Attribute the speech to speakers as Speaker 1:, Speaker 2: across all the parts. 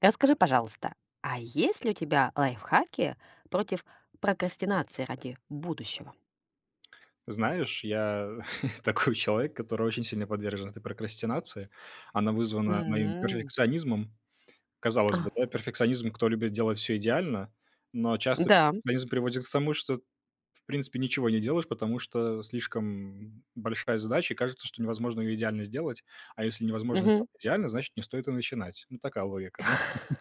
Speaker 1: Расскажи, пожалуйста, а есть ли у тебя лайфхаки против прокрастинации ради будущего?
Speaker 2: Знаешь, я такой человек, который очень сильно подвержен этой прокрастинации. Она вызвана моим
Speaker 1: М.
Speaker 2: перфекционизмом. Казалось
Speaker 1: А.
Speaker 2: бы, да, перфекционизм, кто любит делать все идеально, но часто
Speaker 1: Да.
Speaker 2: перфекционизм приводит к тому, что в принципе ничего не делаешь, потому что слишком большая задача, и кажется, что невозможно ее идеально сделать. А если невозможно
Speaker 1: Мгм.
Speaker 2: сделать идеально, значит, не стоит и начинать. Ну, такая логика, да?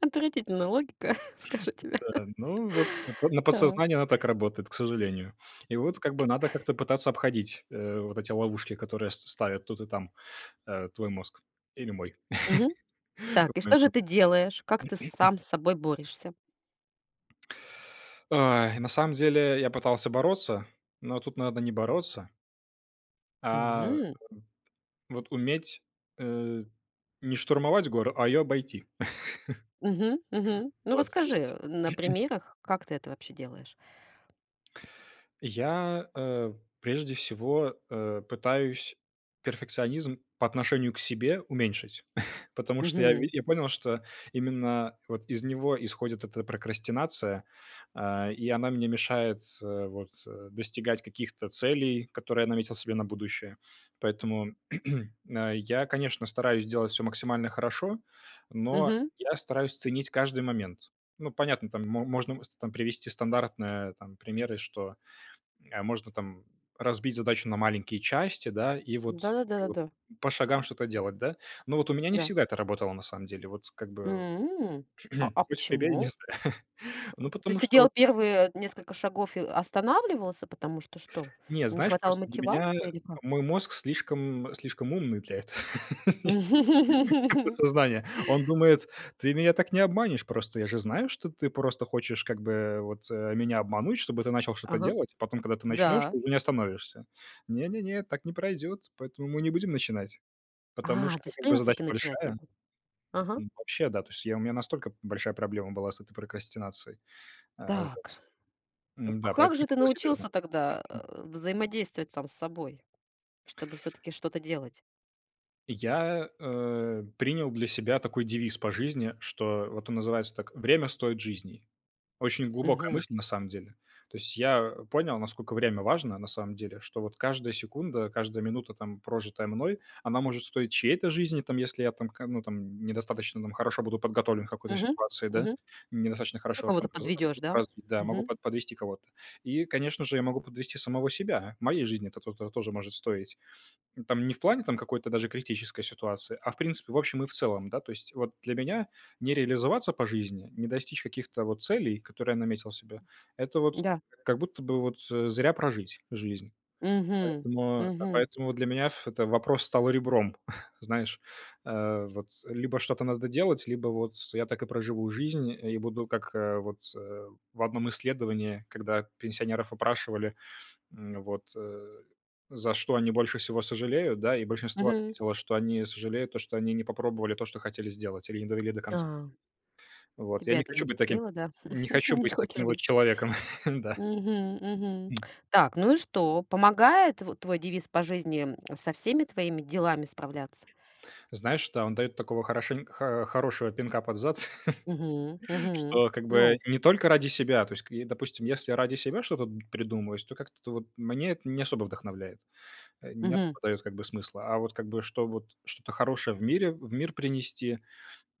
Speaker 1: Отвратительная логика, скажу тебе.
Speaker 2: Да, ну вот на
Speaker 1: Так.
Speaker 2: подсознание она так работает, к сожалению. И вот как бы надо как-то пытаться обходить, вот эти ловушки, которые с ставят тут и там, твой мозг или мой
Speaker 1: Мгм.
Speaker 2: в
Speaker 1: Так, и
Speaker 2: моем
Speaker 1: что же ты
Speaker 2: случае.
Speaker 1: делаешь? Как ты сам с собой борешься?
Speaker 2: Ой, на самом деле я пытался бороться, но тут надо не бороться, а
Speaker 1: Мгм.
Speaker 2: вот уметь, э, не штурмовать гору, а ее обойти.
Speaker 1: Мгм. Мгм. Ну,
Speaker 2: Вот, то
Speaker 1: расскажи,
Speaker 2: есть
Speaker 1: на примерах, как ты это вообще делаешь.
Speaker 2: я прежде всего, пытаюсь перфекционизм по отношению к себе уменьшить, потому что я ви
Speaker 1: Мгм.
Speaker 2: я понял, что именно вот из него исходит эта прокрастинация, и она мне мешает, достигать каких-то целей, которые я наметил себе на будущее. Поэтому, я, конечно, стараюсь делать все максимально хорошо, но
Speaker 1: Мгм.
Speaker 2: я стараюсь ценить каждый момент. Ну, понятно, там мо можно с там привести стандартные там примеры, что можно там разбить задачу на маленькие части, да, и вот как бы
Speaker 1: Да-да-да-да-да.
Speaker 2: по шагам что-то делать, да. Но вот у меня не
Speaker 1: Да.
Speaker 2: всегда это работало на самом деле. Вот как бы
Speaker 1: М. А
Speaker 2: хоть прибей, не
Speaker 1: почему?
Speaker 2: знаю. Ну,
Speaker 1: То
Speaker 2: потому
Speaker 1: есть ты
Speaker 2: что вот,
Speaker 1: делал первые несколько шагов и останавливался, потому что что?
Speaker 2: не,
Speaker 1: Не
Speaker 2: знаешь,
Speaker 1: хватало
Speaker 2: просто для меня
Speaker 1: мотивации или как?
Speaker 2: мой мозг слишком умный для этого. Как Он думает: "Ты меня так не обманешь просто. Я же знаю, что ты просто хочешь как бы вот, меня обмануть, чтобы ты начал что-то
Speaker 1: Ага,
Speaker 2: делать, а потом, когда ты начнешь,
Speaker 1: да.
Speaker 2: ты уже не остановишься. Не, так не пройдет, поэтому мы не будем начинать,
Speaker 1: А,
Speaker 2: потому что
Speaker 1: то есть в
Speaker 2: как бы задача
Speaker 1: принципе начинать не
Speaker 2: большая".
Speaker 1: буду. Ага.
Speaker 2: Вообще, да, то есть я у меня настолько большая проблема была с этой прокрастинацией. А, вот.
Speaker 1: Так,
Speaker 2: М-да,
Speaker 1: как
Speaker 2: поэтому
Speaker 1: же ты
Speaker 2: это было серьезно.
Speaker 1: научился тогда, взаимодействовать сам с собой, чтобы все таки что-то делать?
Speaker 2: Я принял для себя такой девиз по жизни, что вот он называется так: "Время стоит жизни". Очень глубокая
Speaker 1: Угу.
Speaker 2: мысль на самом деле. То есть я понял, насколько время важно на самом деле, что вот каждая секунда, каждая минута, там, прожитая мной, она может стоить чьей-то жизни, там, если я там, ка ну, там, недостаточно там хорошо буду подготовлен к какой-то
Speaker 1: Угу.
Speaker 2: ситуации, да,
Speaker 1: Угу.
Speaker 2: недостаточно
Speaker 1: Ну,
Speaker 2: хорошо
Speaker 1: кого-то
Speaker 2: там
Speaker 1: подведешь, да?
Speaker 2: развит, да, могу
Speaker 1: Угу.
Speaker 2: подвести кого-то. И, конечно же, я могу подвести самого себя. Моей жизни это то тоже может стоить. Там не в плане там какой-то даже критической ситуации, а в принципе, в общем и в целом, да. То есть вот для меня не реализоваться по жизни, не достичь каких-то вот целей, которые я наметил себе, это вот
Speaker 1: Да.
Speaker 2: как будто бы вот, зря прожить жизнь.
Speaker 1: Угу.
Speaker 2: Поэтому, а,
Speaker 1: Угу.
Speaker 2: поэтому для меня ф это вопрос стал ребром, знаешь. Вот либо что-то надо делать, либо вот я так и проживу жизнь и буду как, в одном исследовании, когда пенсионеров опрашивали, М, вот, э, за что они больше всего сожалеют, да, и большинство
Speaker 1: Угу.
Speaker 2: ответило, что они сожалеют то, что они не попробовали то, что хотели сделать, или не довели до конца.
Speaker 1: А,
Speaker 2: Вот, я
Speaker 1: тебя
Speaker 2: не
Speaker 1: это
Speaker 2: хочу быть таким
Speaker 1: зацепило, да?
Speaker 2: не хочу
Speaker 1: Не
Speaker 2: быть
Speaker 1: хочешь
Speaker 2: таким вот
Speaker 1: быть.
Speaker 2: человеком, да.
Speaker 1: Мгм, мгм.
Speaker 2: М.
Speaker 1: Так, ну и что? Помогает вот твой девиз по жизни, со всеми твоими делами справляться?
Speaker 2: Знаешь, да, он даёт такого хорошень хо хорошего пинка под зад,
Speaker 1: Мгм, мгм.
Speaker 2: что как бы
Speaker 1: Ну,
Speaker 2: не только ради себя. То есть, и, допустим, если я ради себя что-то д, то как-то вот мне это не особо вдохновляет, не
Speaker 1: мгм.
Speaker 2: особо даёт как бы смысла. А вот как бы, что вот что-то хорошее в мир принести,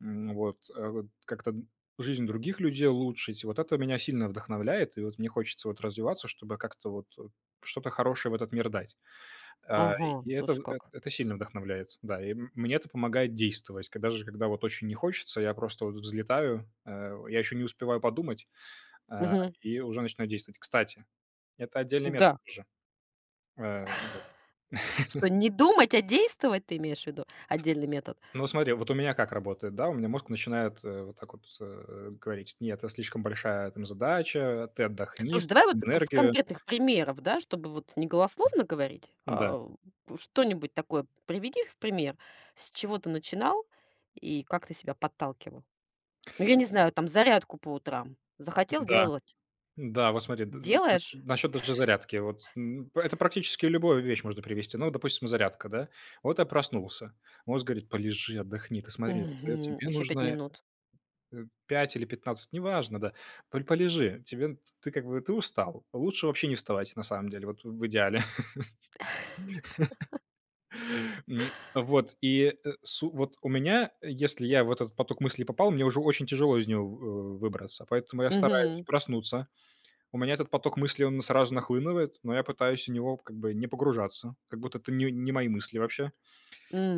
Speaker 2: Вот как-то жизнь других людей улучшить. Вот это меня сильно вдохновляет, и вот мне хочется вот развиваться, чтобы как-то вот что-то хорошее в этот мир дать. А,
Speaker 1: Ага,
Speaker 2: и это,
Speaker 1: слушай, как.
Speaker 2: это сильно вдохновляет, да. И мне это помогает действовать. Когда вот очень не хочется, я просто вот взлетаю, я еще не успеваю подумать, а,
Speaker 1: Мгм.
Speaker 2: и уже начинаю действовать. Кстати, это отдельный метод
Speaker 1: Да.
Speaker 2: уже.
Speaker 1: Что не думать, а действовать, ты имеешь в виду? Отдельный метод.
Speaker 2: Ну, смотри, вот у меня как работает, да, у меня мозг начинает вот так вот говорить, нет, это слишком большая там задача, ты отдохни,
Speaker 1: Слушай, давай вот
Speaker 2: сэкономь
Speaker 1: к с
Speaker 2: энергию.
Speaker 1: конкретных примеров, да, чтобы вот не голословно говорить,
Speaker 2: Да,
Speaker 1: что-нибудь такое приведи в пример, с чего ты начинал и как ты себя подталкивал. Ну, я не знаю, там зарядку по утрам
Speaker 2: да,
Speaker 1: делал.
Speaker 2: да, вот смотри,
Speaker 1: Делаешь?
Speaker 2: насчет даже зарядки, вот это практически любую вещь можно привести, ну, допустим, зарядка, да, вот я проснулся, мозг говорит, полежи, отдохни, ты смотри, вот, тебе
Speaker 1: Еще 5
Speaker 2: нужно
Speaker 1: минут.
Speaker 2: 5 или 15, неважно, да, полежи, тебе, ты как бы, ты устал, лучше вообще не вставать, на самом деле, вот в идеале. М, вот, и, э, су Вот у меня, если я в этот поток мыслей попал, мне уже очень тяжело из него выбраться, поэтому я стараюсь
Speaker 1: Мгм.
Speaker 2: проснуться. У меня этот поток мыслей, он сразу нахлынывает, но я пытаюсь в него как бы не погружаться, как будто это не мои мысли вообще.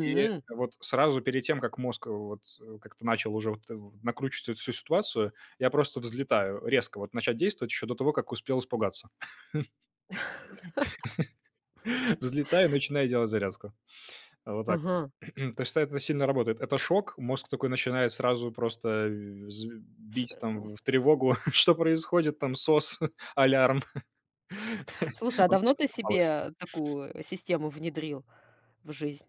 Speaker 2: И вот сразу перед тем, как мозг как-то начал уже вот, вот накручивать эту всю ситуацию, я просто взлетаю резко, вот начать действовать еще до того, как успел испугаться. Взлетаю, начинаю делать зарядку. А вот так вот.
Speaker 1: Ага.
Speaker 2: То есть это сильно работает. Это шок, мозг такой начинает сразу просто э, з
Speaker 1: Ш
Speaker 2: бить там в тревогу, что происходит, там сос, алярм.
Speaker 1: Слушай, а
Speaker 2: Он
Speaker 1: давно
Speaker 2: всё
Speaker 1: ты
Speaker 2: сломалось.
Speaker 1: себе такую систему внедрил в жизнь?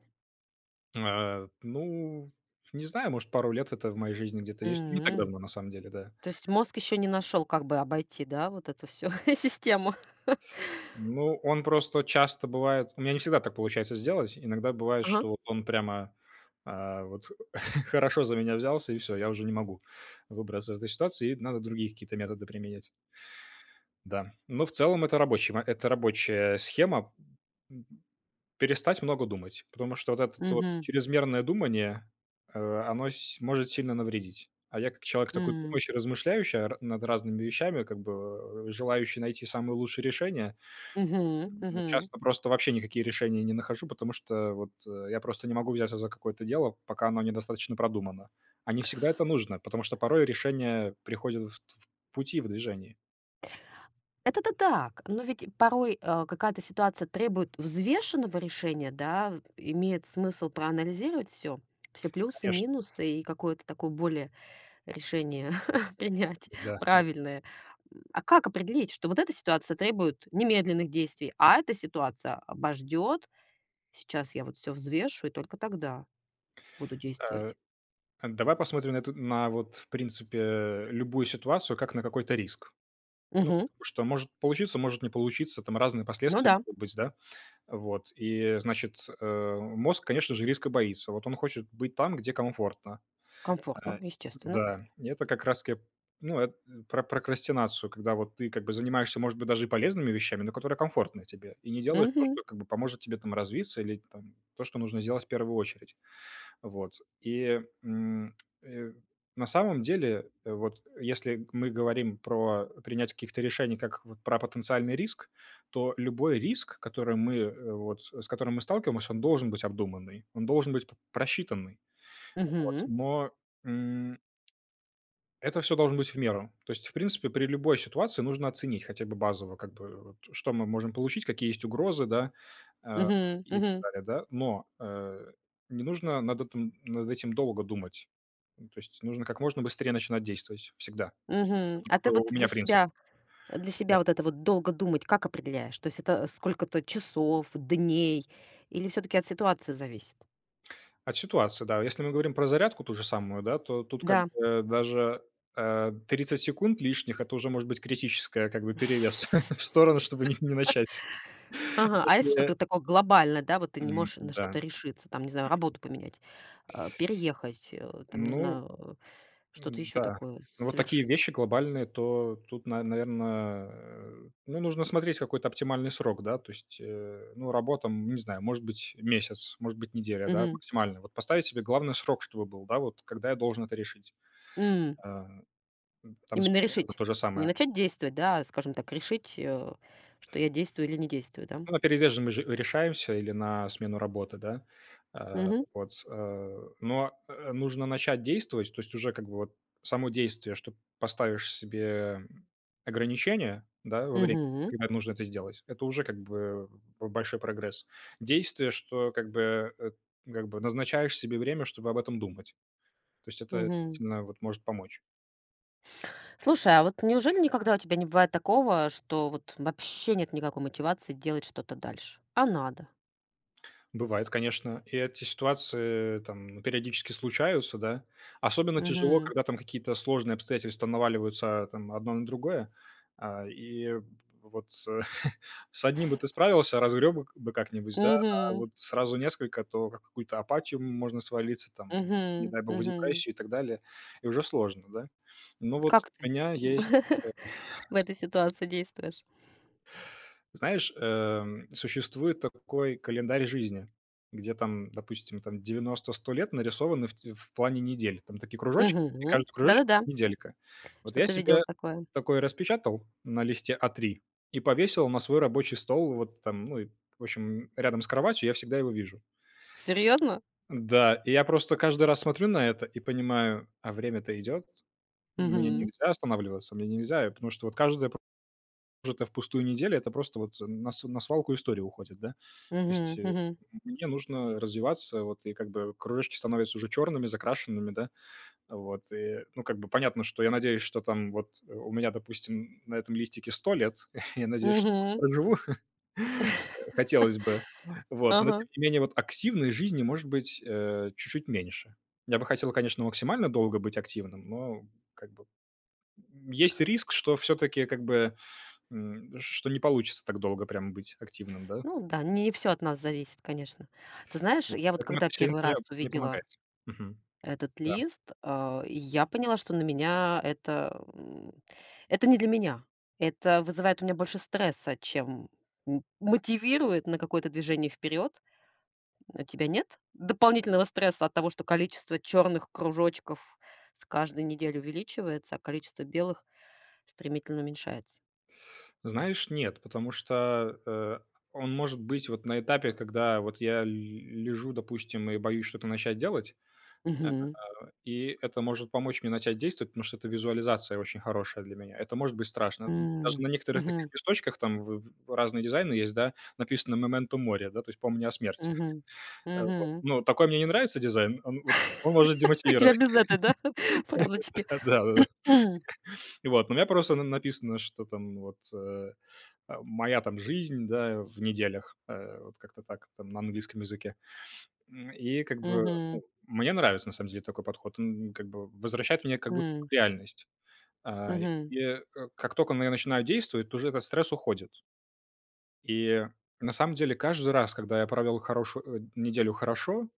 Speaker 2: Ну, не знаю, может, пару лет это в моей жизни где-то есть. Не так
Speaker 1: М.
Speaker 2: давно, на самом деле, да.
Speaker 1: То есть мозг еще не нашел, как бы обойти, да, вот эту всю систему?
Speaker 2: Ну, он просто часто бывает у меня не всегда так получается сделать. Иногда бывает,
Speaker 1: Ага.
Speaker 2: что вот он прямо, а, вот хорошо за меня взялся, и все, я уже не могу выбраться из этой ситуации, и надо другие какие-то методы применять. Да. Но в целом это рабочий ма это рабочая схема. М, Перестать много думать, потому что вот это вот
Speaker 1: Мгм.
Speaker 2: чрезмерное думание, э, оно с может сильно навредить. А я как человек такой
Speaker 1: М.
Speaker 2: думающий, размышляющий р над разными вещами, как бы, желающий найти самые лучшие решения,
Speaker 1: Мгм. Мгм.
Speaker 2: Часто просто вообще никакие решения не нахожу, потому что вот, я просто не могу взяться за какое-то дело, пока оно недостаточно продумано. А не всегда это нужно, потому что порой решения приходят в пути, в движении.
Speaker 1: Это то так, но ведь порой, какая-то ситуация требует взвешенного решения, да, имеет смысл проанализировать все плюсы,
Speaker 2: Конечно,
Speaker 1: минусы и какое-то такое более решение принять
Speaker 2: да, да.
Speaker 1: правильное. А как определить, что вот эта ситуация требует немедленных действий, а эта ситуация обождет, сейчас я вот всё взвешу и только тогда буду
Speaker 2: Э
Speaker 1: действовать?
Speaker 2: А давай посмотрим на вот, в принципе, любую ситуацию как на какой-то риск. Ну,
Speaker 1: Мгм.
Speaker 2: потому что может получиться, может не получиться, там разные
Speaker 1: Ну
Speaker 2: последствия
Speaker 1: да,
Speaker 2: могут быть, да. Вот, и, значит, мозг, конечно же, риска боится. Вот он хочет быть там, где комфортно.
Speaker 1: комфортно,
Speaker 2: А,
Speaker 1: естественно.
Speaker 2: да, и это как раз таки, ну, эт про прокрастинацию, когда вот ты как бы занимаешься, может быть, даже и полезными вещами, но которые комфортны тебе, и не делаешь то,
Speaker 1: Мгм.
Speaker 2: что как бы поможет тебе там развиться или там то, что нужно сделать в первую очередь. Вот. И, м, э, на самом деле, вот если мы говорим про принятие каких-то решений как вот про потенциальный риск, то любой риск, который мы, э, вот с которым мы сталкиваемся, он должен быть обдуманный, он должен быть п просчитанный. Вот.
Speaker 1: Мгм.
Speaker 2: М, это все должно быть в меру. То есть, в принципе, при любой ситуации нужно оценить хотя бы базово, как бы вот, что мы можем получить, какие есть угрозы, да, э,
Speaker 1: Мгм.
Speaker 2: и так
Speaker 1: Мгм.
Speaker 2: далее, да. Не нужно над этым над этим долго думать. Ну, то есть нужно как можно быстрее начинать действовать всегда.
Speaker 1: Мгм.
Speaker 2: Вот
Speaker 1: А ты
Speaker 2: такой
Speaker 1: вот
Speaker 2: у меня
Speaker 1: для
Speaker 2: принцип,
Speaker 1: себя для себя
Speaker 2: да.
Speaker 1: вот это вот долго думать как определяешь? То есть это сколько-то часов, дней или всё-таки от ситуации зависит?
Speaker 2: От ситуации, да. Если мы говорим про зарядку ту же самую, да, то тут как
Speaker 1: Да.
Speaker 2: бы даже, 30 секунд лишних- это уже может быть критическая как бы перевес в сторону, чтобы не начать.
Speaker 1: Ага, а если что-то
Speaker 2: Если,
Speaker 1: такое глобальное, да, вот ты не можешь на
Speaker 2: м,
Speaker 1: что-то
Speaker 2: да.
Speaker 1: решиться, там, не знаю, работу поменять, переехать, там, не
Speaker 2: Ну
Speaker 1: знаю, что-то
Speaker 2: М,
Speaker 1: еще
Speaker 2: да.
Speaker 1: такое
Speaker 2: Ну, вот такие
Speaker 1: совершить?
Speaker 2: вещи глобальные, то тут, наверное, ну, нужно смотреть какой-то оптимальный срок, да. То есть, ну, работа, не знаю, может быть, месяц, может быть, неделя, да,
Speaker 1: Мгм.
Speaker 2: максимально. Вот поставить себе главный срок, чтобы был, да, вот когда я должен это решить.
Speaker 1: М,
Speaker 2: А, там с
Speaker 1: Именно
Speaker 2: переездом
Speaker 1: решить.
Speaker 2: то же
Speaker 1: Не
Speaker 2: самое.
Speaker 1: начать действовать, да, а, скажем так, решить, что я действую или не действую, да?
Speaker 2: Ну, на переезд же мы же решаемся или на смену работы, да.
Speaker 1: Мгм.
Speaker 2: Нужно начать действовать, то есть уже как бы вот само действие, что поставишь себе ограничения, да, во время,
Speaker 1: Мгм.
Speaker 2: когда нужно это сделать, это уже как бы б большой прогресс. Действие, что как бы, как бы назначаешь себе время, чтобы об этом думать. То есть это
Speaker 1: Мгм.
Speaker 2: действительно вот может помочь.
Speaker 1: Слушай, а вот неужели никогда у тебя не бывает такого, что вот вообще нет никакой мотивации делать что-то дальше, а надо?
Speaker 2: Бывает, конечно. И эти ситуации там, ну, периодически случаются, да. Особенно тяжело,
Speaker 1: Мгм.
Speaker 2: когда там какие-то сложные обстоятельства наваливаются там одно на другое. А, и вот э, с одним бы ты справился, разгреб бы как-нибудь, да, а
Speaker 1: Мгм.
Speaker 2: вот сразу несколько, то как какую-то апатию можно свалиться, там, не
Speaker 1: Мгм.
Speaker 2: дай бог, в
Speaker 1: Мгм.
Speaker 2: депрессию и так далее, и уже сложно, да. Но вот
Speaker 1: Как
Speaker 2: у
Speaker 1: ты
Speaker 2: меня есть
Speaker 1: в этой ситуации действуешь?
Speaker 2: Знаешь, существует такой календарь жизни, где там, допустим, там девяносто-сто лет нарисованы в, в плане недель. Там такие кружочки, и
Speaker 1: Мгм.
Speaker 2: каждый кружочек—
Speaker 1: Да-да-да.
Speaker 2: это неделька. Вот я
Speaker 1: Что-то видела
Speaker 2: себе
Speaker 1: такое.
Speaker 2: такой распечатал на листе А3 и повесил на свой рабочий стол, вот там, ну, и, в общем, рядом с кроватью, я всегда его вижу.
Speaker 1: Серьезно?
Speaker 2: Да, и я просто каждый раз смотрю на это и понимаю, а время-то идет, мне
Speaker 1: Мгм.
Speaker 2: нельзя останавливаться, мне нельзя, потому что вот каждое прожитая впустую неделя — это просто вот на свалку истории уходит, да. То есть,
Speaker 1: Мгм, мгм,
Speaker 2: мне нужно развиваться, вот, и как бы кружочки становятся уже черными, закрашенными, да. Вот, и, ну, как бы понятно, что я надеюсь, что там вот, у меня, допустим, на этом листике 100 лет, я надеюсь, что
Speaker 1: мгм.
Speaker 2: проживу, хотелось бы. Вот, но
Speaker 1: Ага.
Speaker 2: тем не менее вот активной жизни может быть, чуть-чуть меньше. Я бы хотел, конечно, максимально долго быть активным, но как бы, есть риск, что все таки как бы М, что не получится так долго прям быть активным, да?
Speaker 1: Ну да, не все от нас зависит, конечно. Ты знаешь,
Speaker 2: Вот.
Speaker 1: я вот
Speaker 2: Поэтому это
Speaker 1: когда
Speaker 2: сильно
Speaker 1: первый
Speaker 2: мне
Speaker 1: раз
Speaker 2: мне
Speaker 1: увидела
Speaker 2: помогает. Мгм.
Speaker 1: этот
Speaker 2: Да.
Speaker 1: лист, я поняла, что на меня это, это не для меня. Это вызывает у меня больше стресса, чем мотивирует на какое-то движение вперед. У тебя нет дополнительного стресса от того, что количество черных кружочков с каждой недели увеличивается, а количество белых стремительно уменьшается?
Speaker 2: Знаешь, нет, потому что, он может быть вот на этапе, когда вот я л лежу, допустим, и боюсь что-то начать делать, э,
Speaker 1: Мгм.
Speaker 2: и это может помочь мне начать действовать, потому что это визуализация очень хорошая для меня. Это может быть страшно. Даже
Speaker 1: М.
Speaker 2: на некоторых таких
Speaker 1: Мгм.
Speaker 2: листочках, там в разные дизайны есть, да, написано "Memento море", да, то есть "Помни о смерти".
Speaker 1: Мгм.
Speaker 2: Вот.
Speaker 1: Мгм.
Speaker 2: Ну, такой мне не нравится дизайн, он вот он может
Speaker 1: А тебя
Speaker 2: демотивировать.
Speaker 1: без этой, да, фразочки?
Speaker 2: Да-да-да.
Speaker 1: М.
Speaker 2: И вот, но у меня просто на написано, что там вот, а, моя там жизнь, да, в неделях, вот как-то так там на английском языке. М, и как бы,
Speaker 1: Мгм.
Speaker 2: ну, мне нравится на самом деле такой подход. Он как бы возвращает меня как будто
Speaker 1: М.
Speaker 2: в реальность. А,
Speaker 1: Мгм.
Speaker 2: и, как только я начинаю действовать, то уже этот стресс уходит. И на самом деле каждый раз, когда я провел хорошую, неделю хорошо,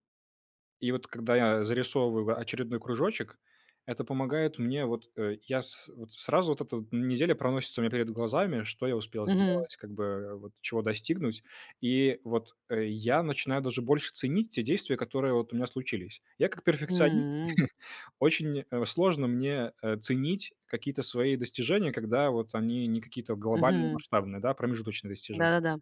Speaker 2: и вот когда я зарисовываю очередной кружочек, это помогает мне вот, я с вот сразу вот эта вот неделя проносится у меня перед глазами, что я успел
Speaker 1: Мгм.
Speaker 2: сделать, как бы вот чего достигнуть. И вот, я начинаю даже больше ценить те действия, которые вот у меня случились. Я как перфекционист,
Speaker 1: М.
Speaker 2: очень, сложно мне, ценить какие-то свои достижения, когда вот они не какие-то глобальные,
Speaker 1: Мгм.
Speaker 2: масштабные, да, промежуточные достижения.
Speaker 1: Да-да-да.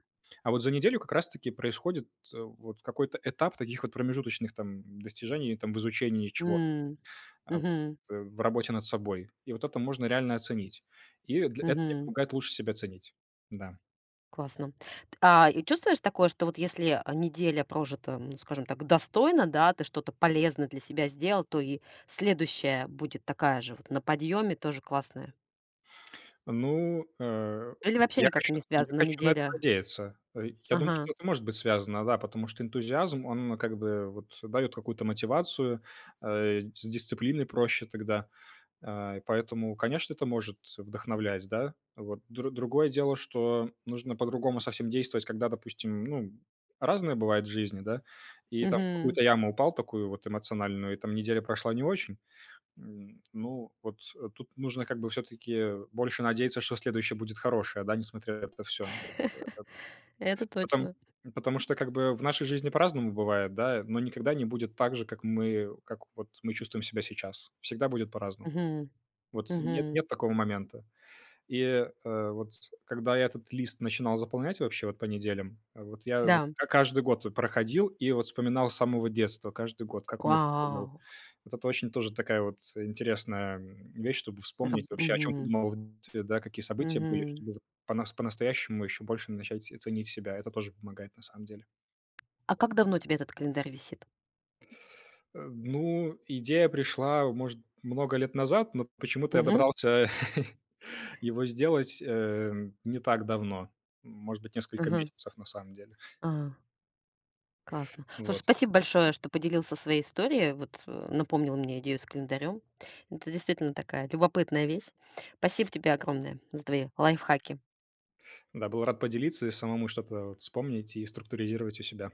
Speaker 2: А вот за неделю как раз-таки происходит, вот какой-то этап таких вот промежуточных там достижений, там в изучении чего,
Speaker 1: М.
Speaker 2: а, вот,
Speaker 1: Мгм.
Speaker 2: в работе над собой. И вот это можно реально оценить. И для это мне
Speaker 1: Мгм.
Speaker 2: помогает лучше себя ценить. Да.
Speaker 1: Классно. И чувствуешь такое, что вот если, неделя прожита, ну, скажем так, достойно, да, ты что-то полезное для себя сделал, то и следующая будет такая же вот на подъеме тоже классная?
Speaker 2: Ну,
Speaker 1: Или вообще
Speaker 2: я
Speaker 1: никак не
Speaker 2: хочу я
Speaker 1: связана
Speaker 2: хочу на это
Speaker 1: неделя?
Speaker 2: надеяться. Я думаю,
Speaker 1: Ага.
Speaker 2: что это может быть связано, да, потому что энтузиазм, он как бы вот даёт какую-то мотивацию, с дисциплиной проще тогда. А, и поэтому, конечно, это может вдохновлять, да. Вот другое дело, что нужно по-другому совсем действовать, когда, допустим, ну, разное бывает в жизни, да, и там в
Speaker 1: Мгм.
Speaker 2: какую-то яму упал такую вот эмоциональную, и там неделя прошла не очень. М, ну, вот, тут нужно как бы все таки больше надеяться, что следующее будет хорошее, да, несмотря на это всё.
Speaker 1: Это
Speaker 2: Потом
Speaker 1: точно.
Speaker 2: потому что как бы в нашей жизни по-разному бывает, да, но никогда не будет так же, как вот мы чувствуем себя сейчас. Всегда будет по-разному.
Speaker 1: Мгм.
Speaker 2: Вот нет
Speaker 1: Мгм.
Speaker 2: нет такого момента. И, вот когда я этот лист начинал заполнять вообще вот по неделям, вот я вот
Speaker 1: Да.
Speaker 2: к каждый год вот проходил и вот вспоминал с самого детства каждый год, как у меня проходил.
Speaker 1: Вау!
Speaker 2: Вот это очень тоже такая вот интересная, м, вещь, чтобы
Speaker 1: Раб
Speaker 2: вспомнить вообще, о чем ты
Speaker 1: мгм.
Speaker 2: думал в детстве, да, какие события были,
Speaker 1: Мгм.
Speaker 2: чтобы вот пона по-настоящему еще больше начать ценить себя. Это тоже помогает на самом деле.
Speaker 1: А как давно у тебя этот календарь висит?
Speaker 2: Ну, идея пришла, может, много лет назад, но почему-то я
Speaker 1: Угу.
Speaker 2: добрался его сделать, не так давно. Может быть, несколько
Speaker 1: Мгм.
Speaker 2: месяцев на самом деле.
Speaker 1: А. Классно. Слушай,
Speaker 2: Вот.
Speaker 1: спасибо большое, что поделился своей историей. Вот напомнил мне идею с календарем. Это действительно такая любопытная вещь. Спасибо тебе огромное за твои лайфхаки.
Speaker 2: Да, был рад поделиться и самому что-то вот вспомнить и структуризировать у себя.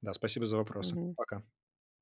Speaker 2: Да, спасибо за вопросы.
Speaker 1: Мгм.
Speaker 2: Пока.